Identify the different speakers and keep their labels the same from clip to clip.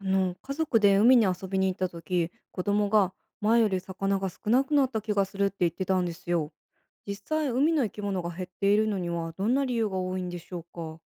Speaker 1: 家族で海に遊びに行った時、子供が前より魚が少なくなった気がするって言ってたんですよ。実際、海の生き物が減っているのにはどんな理由が多いんでしょうか？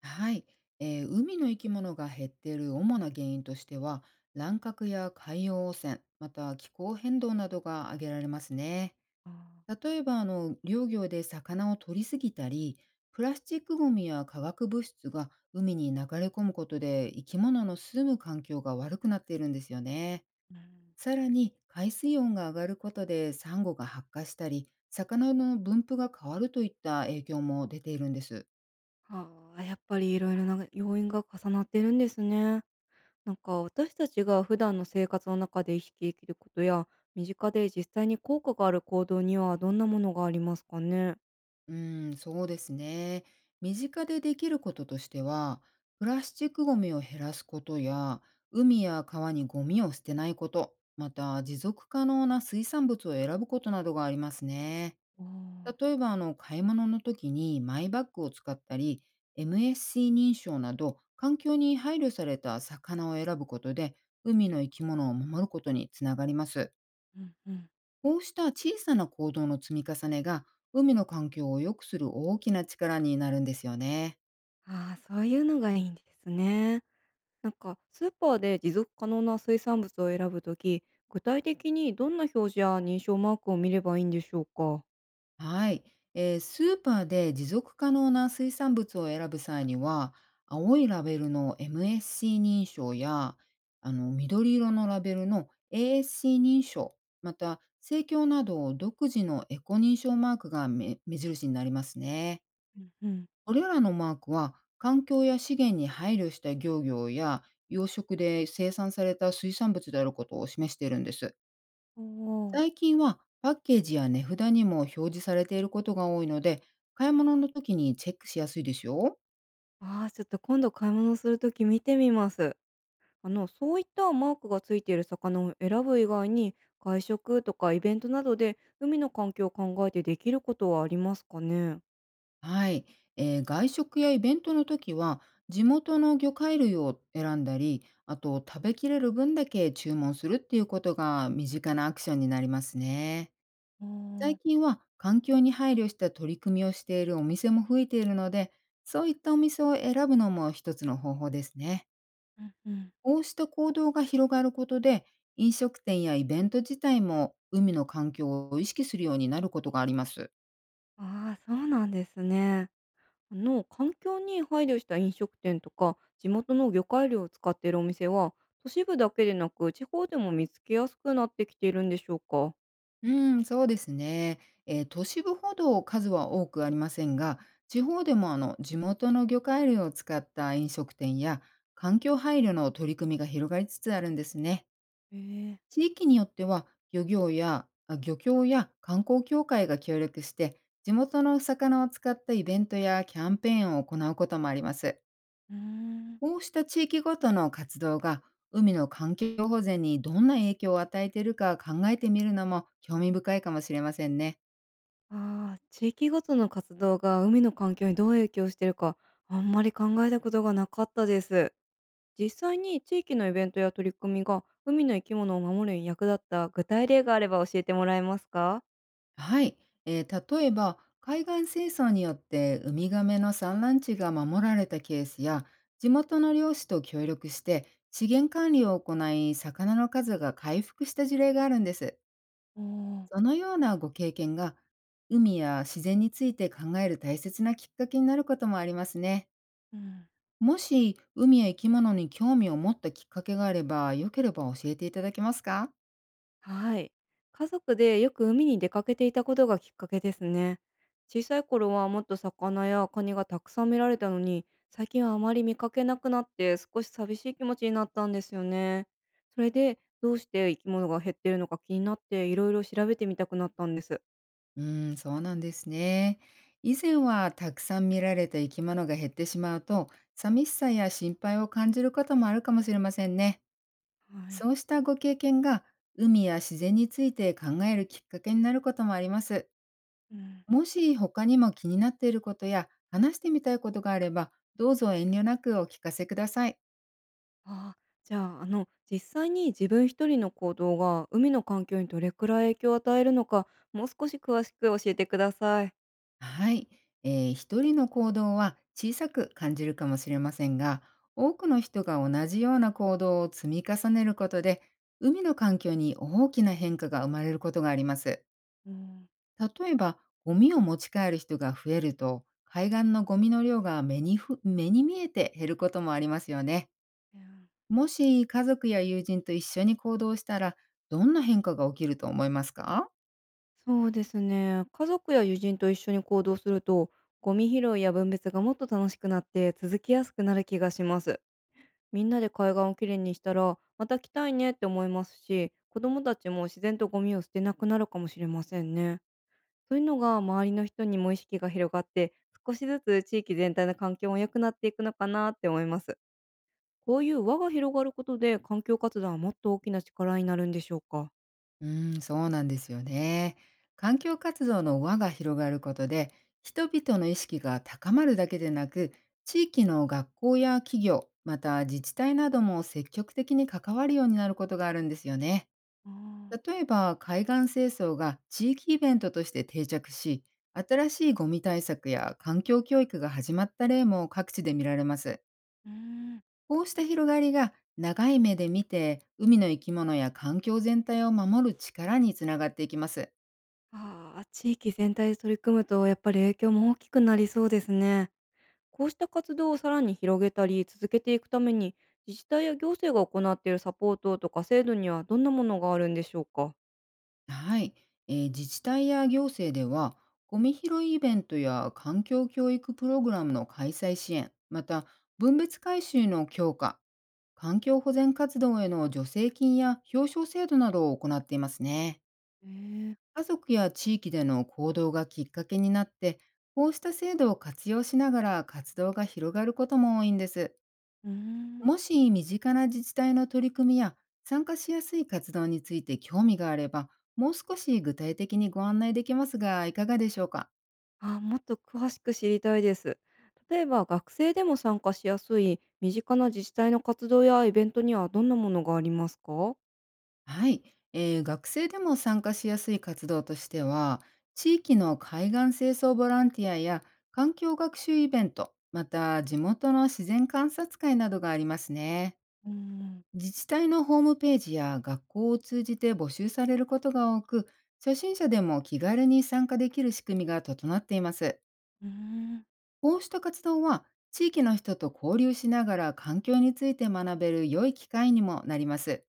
Speaker 2: はい、海の生き物が減っている主な原因としては、乱獲や海洋汚染、また気候変動などが挙げられますね。
Speaker 1: あー。
Speaker 2: 例えば漁業で魚を取りすぎたり、プラスチックごみや化学物質が海に流れ込むことで生き物の住む環境が悪くなっているんですよね。
Speaker 1: うん。
Speaker 2: さらに海水温が上がることでサンゴが発火したり、魚の分布が変わるといった影響も出ているんです。
Speaker 1: はあ、やっぱりいろいろな要因が重なってるんですね。なんか、私たちが普段の生活の中で意識できることや、身近で実際に効果がある行動にはどんなものがありますかね？
Speaker 2: そうですね。身近でできることとしては、プラスチックごみを減らすことや、海や川にゴミを捨てないこと、また持続可能な水産物を選ぶことなどがありますね。
Speaker 1: おー。
Speaker 2: 例えば、買い物の時にマイバッグを使ったり、MSC 認証など、環境に配慮された魚を選ぶことで、海の生き物を守ることにつながります。
Speaker 1: うんうん。
Speaker 2: こうした小さな行動の積み重ねが、海の環境を良くする大きな力になるんですよね。
Speaker 1: ああ、そういうのがいいんですね。なんかスーパーで持続可能な水産物を選ぶとき、具体的にどんな表示や認証マークを見ればいいんでしょうか？
Speaker 2: はい。スーパーで持続可能な水産物を選ぶ際には、青いラベルの MSC 認証や、緑色のラベルの ASC 認証、また、生協など独自のエコ認証マークが目印になりますね。
Speaker 1: うんうん。
Speaker 2: これらのマークは環境や資源に配慮した漁業や養殖で生産された水産物であることを示しているんです。
Speaker 1: おー。
Speaker 2: 最近はパッケージや値札にも表示されていることが多いので、買い物の時にチェックしやすいですよ。
Speaker 1: ああ、ちょっと今度買い物するとき見てみます。そういったマークがついている魚を選ぶ以外に、外食とかイベントなどで海の環境を考えてできることはありますかね？
Speaker 2: はい、外食やイベントの時は地元の魚介類を選んだり、あと食べきれる分だけ注文するっていうことが身近なアクションになりますね。
Speaker 1: お
Speaker 2: 最
Speaker 1: ー。
Speaker 2: 近は環境に配慮した取り組みをしているお店も増えているので、そういったお店を選ぶのも一つの方法ですね。
Speaker 1: うんうん。
Speaker 2: こうした行動が広がることで、飲食店やイベント自体も海の環境を意識するようになることがあります。
Speaker 1: ああ、そうなんですね。環境に配慮した飲食店とか地元の魚介類を使っているお店は、都市部だけでなく地方でも見つけやすくなってきているんでしょうか？
Speaker 2: うん、そうですね。都市部ほど数は多くありませんが、地方でも地元の魚介類を使った飲食店や環境配慮の取り組みが広がりつつあるんですね。
Speaker 1: へえ。
Speaker 2: 地域によっては漁業や漁協や観光協会が協力して地元のお魚を使ったイベントやキャンペーンを行うこともあります。
Speaker 1: うーん。
Speaker 2: こうした地域ごとの活動が海の環境保全にどんな影響を与えているか考えてみるのも興味深いかもしれませんね。
Speaker 1: あー、地域ごとの活動が海の環境にどう影響してるか、あんまり考えたことがなかったです。実際に地域のイベントや取り組みが海の生き物を守るに役立った具体例があれば教えてもらえますか？
Speaker 2: はい、例えば海岸清掃によってウミガメの産卵地が守られたケースや、地元の漁師と協力して資源管理を行い魚の数が回復した事例があるんです。
Speaker 1: おー。
Speaker 2: そのようなご経験が海や自然について考える大切なきっかけになることもありますね。
Speaker 1: うん。
Speaker 2: もし海や生き物に興味を持ったきっかけがあれば、よければ教えていただけますか？
Speaker 1: はい。家族でよく海に出かけていたことがきっかけですね。小さい頃はもっと魚やカニがたくさん見られたのに、最近はあまり見かけなくなって少し寂しい気持ちになったんですよね。それでどうして生き物が減ってるのか気になって、いろいろ調べてみたくなったんです。
Speaker 2: そうなんですね。以前はたくさん見られた生き物が減ってしまうと、寂しさや心配を感じることもあるかもしれませんね。
Speaker 1: はい。
Speaker 2: そうしたご経験が、海や自然について考えるきっかけになることもあります。
Speaker 1: うん。
Speaker 2: もし他にも気になっていることや、話してみたいことがあれば、どうぞ遠慮なくお聞かせください。
Speaker 1: ああ、じゃあ、実際に自分一人の行動が海の環境にどれくらい影響を与えるのか、もう少し詳しく教えてください。
Speaker 2: はい、一人の行動は小さく感じるかもしれませんが、多くの人が同じような行動を積み重ねることで、海の環境に大きな変化が生まれることがあります。
Speaker 1: うん。
Speaker 2: 例えば、ゴミを持ち帰る人が増えると、海岸のゴミの量が目に見えて減ることもありますよね。もし家族や友人と一緒に行動したら、どんな変化が起きると思いますか？
Speaker 1: そうですね。家族や友人と一緒に行動すると、ゴミ拾いや分別がもっと楽しくなって続きやすくなる気がします。みんなで海岸をきれいにしたら、また来たいねって思いますし、子供たちも自然とゴミを捨てなくなるかもしれませんね。そういうのが周りの人にも意識が広がって、少しずつ地域全体の環境も良くなっていくのかなって思います。こういう輪が広がることで環境活動はもっと大きな力になるんでしょうか？
Speaker 2: そうなんですよね。環境活動の輪が広がることで、人々の意識が高まるだけでなく、地域の学校や企業、また自治体なども積極的に関わるようになることがあるんですよね。
Speaker 1: ああ。
Speaker 2: 例えば、海岸清掃が地域イベントとして定着し、新しいゴミ対策や環境教育が始まった例も各地で見られます。
Speaker 1: うーん。
Speaker 2: こうした広がりが長い目で見て海の生き物や環境全体を守る力につながっていきます。
Speaker 1: ああ、地域全体で取り組むとやっぱり影響も大きくなりそうですね。こうした活動をさらに広げたり続けていくために、自治体や行政が行っているサポートとか制度にはどんなものがあるんでしょうか？
Speaker 2: はい、自治体や行政では、ゴミ拾いイベントや環境教育プログラムの開催支援、また分別回収の強化、環境保全活動への助成金や表彰制度などを行っていますね。
Speaker 1: ええ。
Speaker 2: 家族や地域での行動がきっかけになって、こうした制度を活用しながら活動が広がることも多いんです。
Speaker 1: うーん。
Speaker 2: もし身近な自治体の取り組みや参加しやすい活動について興味があれば、もう少し具体的にご案内できますが、いかがでしょうか。
Speaker 1: あ、もっと詳しく知りたいです。例えば、学生でも参加しやすい身近な自治体の活動やイベントにはどんなものがありますか？
Speaker 2: はい、学生でも参加しやすい活動としては、地域の海岸清掃ボランティアや環境学習イベント、また地元の自然観察会などがありますね。
Speaker 1: うーん。
Speaker 2: 自治体のホームページや学校を通じて募集されることが多く、初心者でも気軽に参加できる仕組みが整っています。
Speaker 1: うーん。
Speaker 2: こうした活動は、地域の人と交流しながら環境について学べる良い機会にもなります。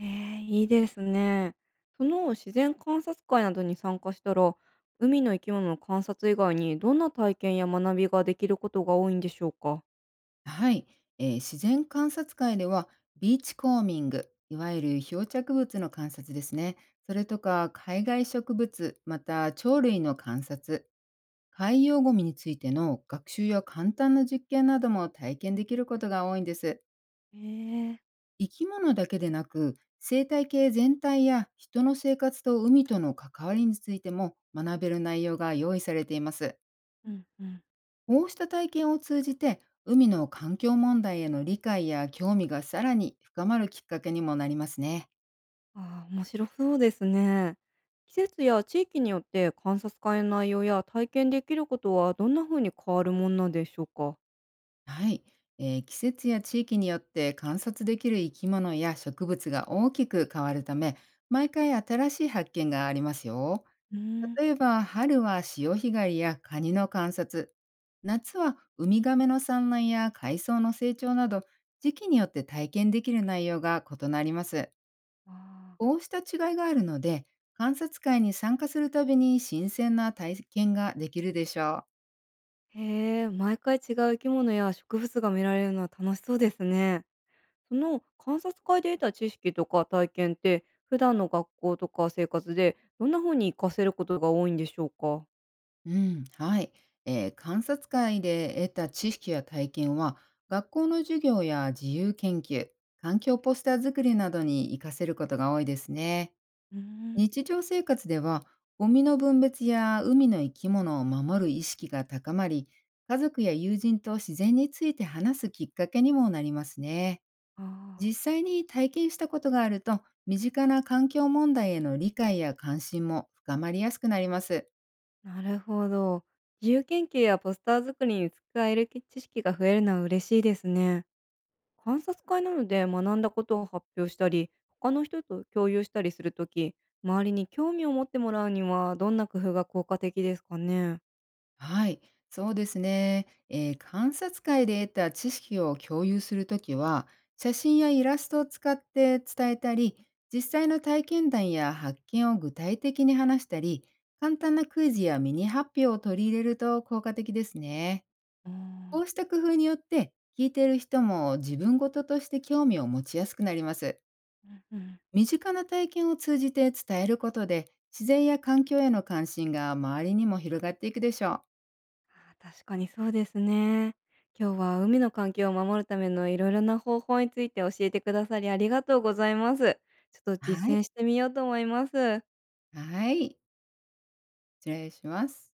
Speaker 1: ええ、いいですね。その自然観察会などに参加したら、海の生き物の観察以外にどんな体験や学びができることが多いんでしょうか？
Speaker 2: はい、自然観察会では、ビーチコーミング、いわゆる漂着物の観察ですね。それとか、海外植物、また鳥類の観察、海洋ゴミについての学習や簡単な実験なども体験できることが多いんです。
Speaker 1: ええ。
Speaker 2: 生き物だけでなく生態系全体や人の生活と海との関わりについても学べる内容が用意されています。
Speaker 1: うんうん。
Speaker 2: こうした体験を通じて海の環境問題への理解や興味がさらに深まるきっかけにもなりますね。
Speaker 1: ああ、面白そうですね。季節や地域によって観察会の内容や体験できることは、どんな風に変わるもんなんでしょうか？
Speaker 2: はい、季節や地域によって観察できる生き物や植物が大きく変わるため、毎回新しい発見がありますよ。
Speaker 1: うーん。
Speaker 2: 例えば春は潮干狩りやカニの観察、夏はウミガメの産卵や海藻の成長など、時期によって体験できる内容が異なります。
Speaker 1: ああ。
Speaker 2: こうした違いがあるので、観察会に参加するたびに新鮮な体験ができるでしょ
Speaker 1: へえ、毎回違う生き物や植物が見られるのは楽しそうですね。その観察会で得た知識とか体験って、普段の学校とか生活でどんな風に活かせることが多いんでしょうか？
Speaker 2: う。うん、はい。観察会で得た知識や体験は、学校の授業や自由研究、環境ポスター作りなどに活かせることが多いですね。
Speaker 1: うーん。
Speaker 2: 日常生活ではゴミの分別や海の生き物を守る意識が高まり、家族や友人と自然について話すきっかけにもなりますね。
Speaker 1: あ
Speaker 2: 実際に体験したことがあると、身近な環境問題への理解や関心も深まりやすくなります。
Speaker 1: あ、なるほど。自由研究やポスター作りに使える知識が増えるのは嬉しいですね。観察会なので学んだことを発表したり、他の人と共有したりするとき、周りに興味を持ってもらうにはどんな工夫が効果的ですかね？
Speaker 2: はい、そうですね。観察会で得た知識を共有するときは、写真やイラストを使って伝えたり、実際の体験談や発見を具体的に話したり、簡単なクイズやミニ発表を取り入れると効果的ですね。
Speaker 1: あ
Speaker 2: こ
Speaker 1: あ。
Speaker 2: うした工夫によって、聞いている人も自分事ととして興味を持ちやすくなります。
Speaker 1: うんうん。
Speaker 2: 身近な体験を通じて伝えることで、自然や環境への関心が周りにも広がっていくでしょう。
Speaker 1: あー、確かにそうですね。今日は海の環境を守るためのいろいろな方法について教えてくださりありがとうございます。ちょっと
Speaker 2: は
Speaker 1: 実践
Speaker 2: い。
Speaker 1: してみようと思います。
Speaker 2: はい、失礼します。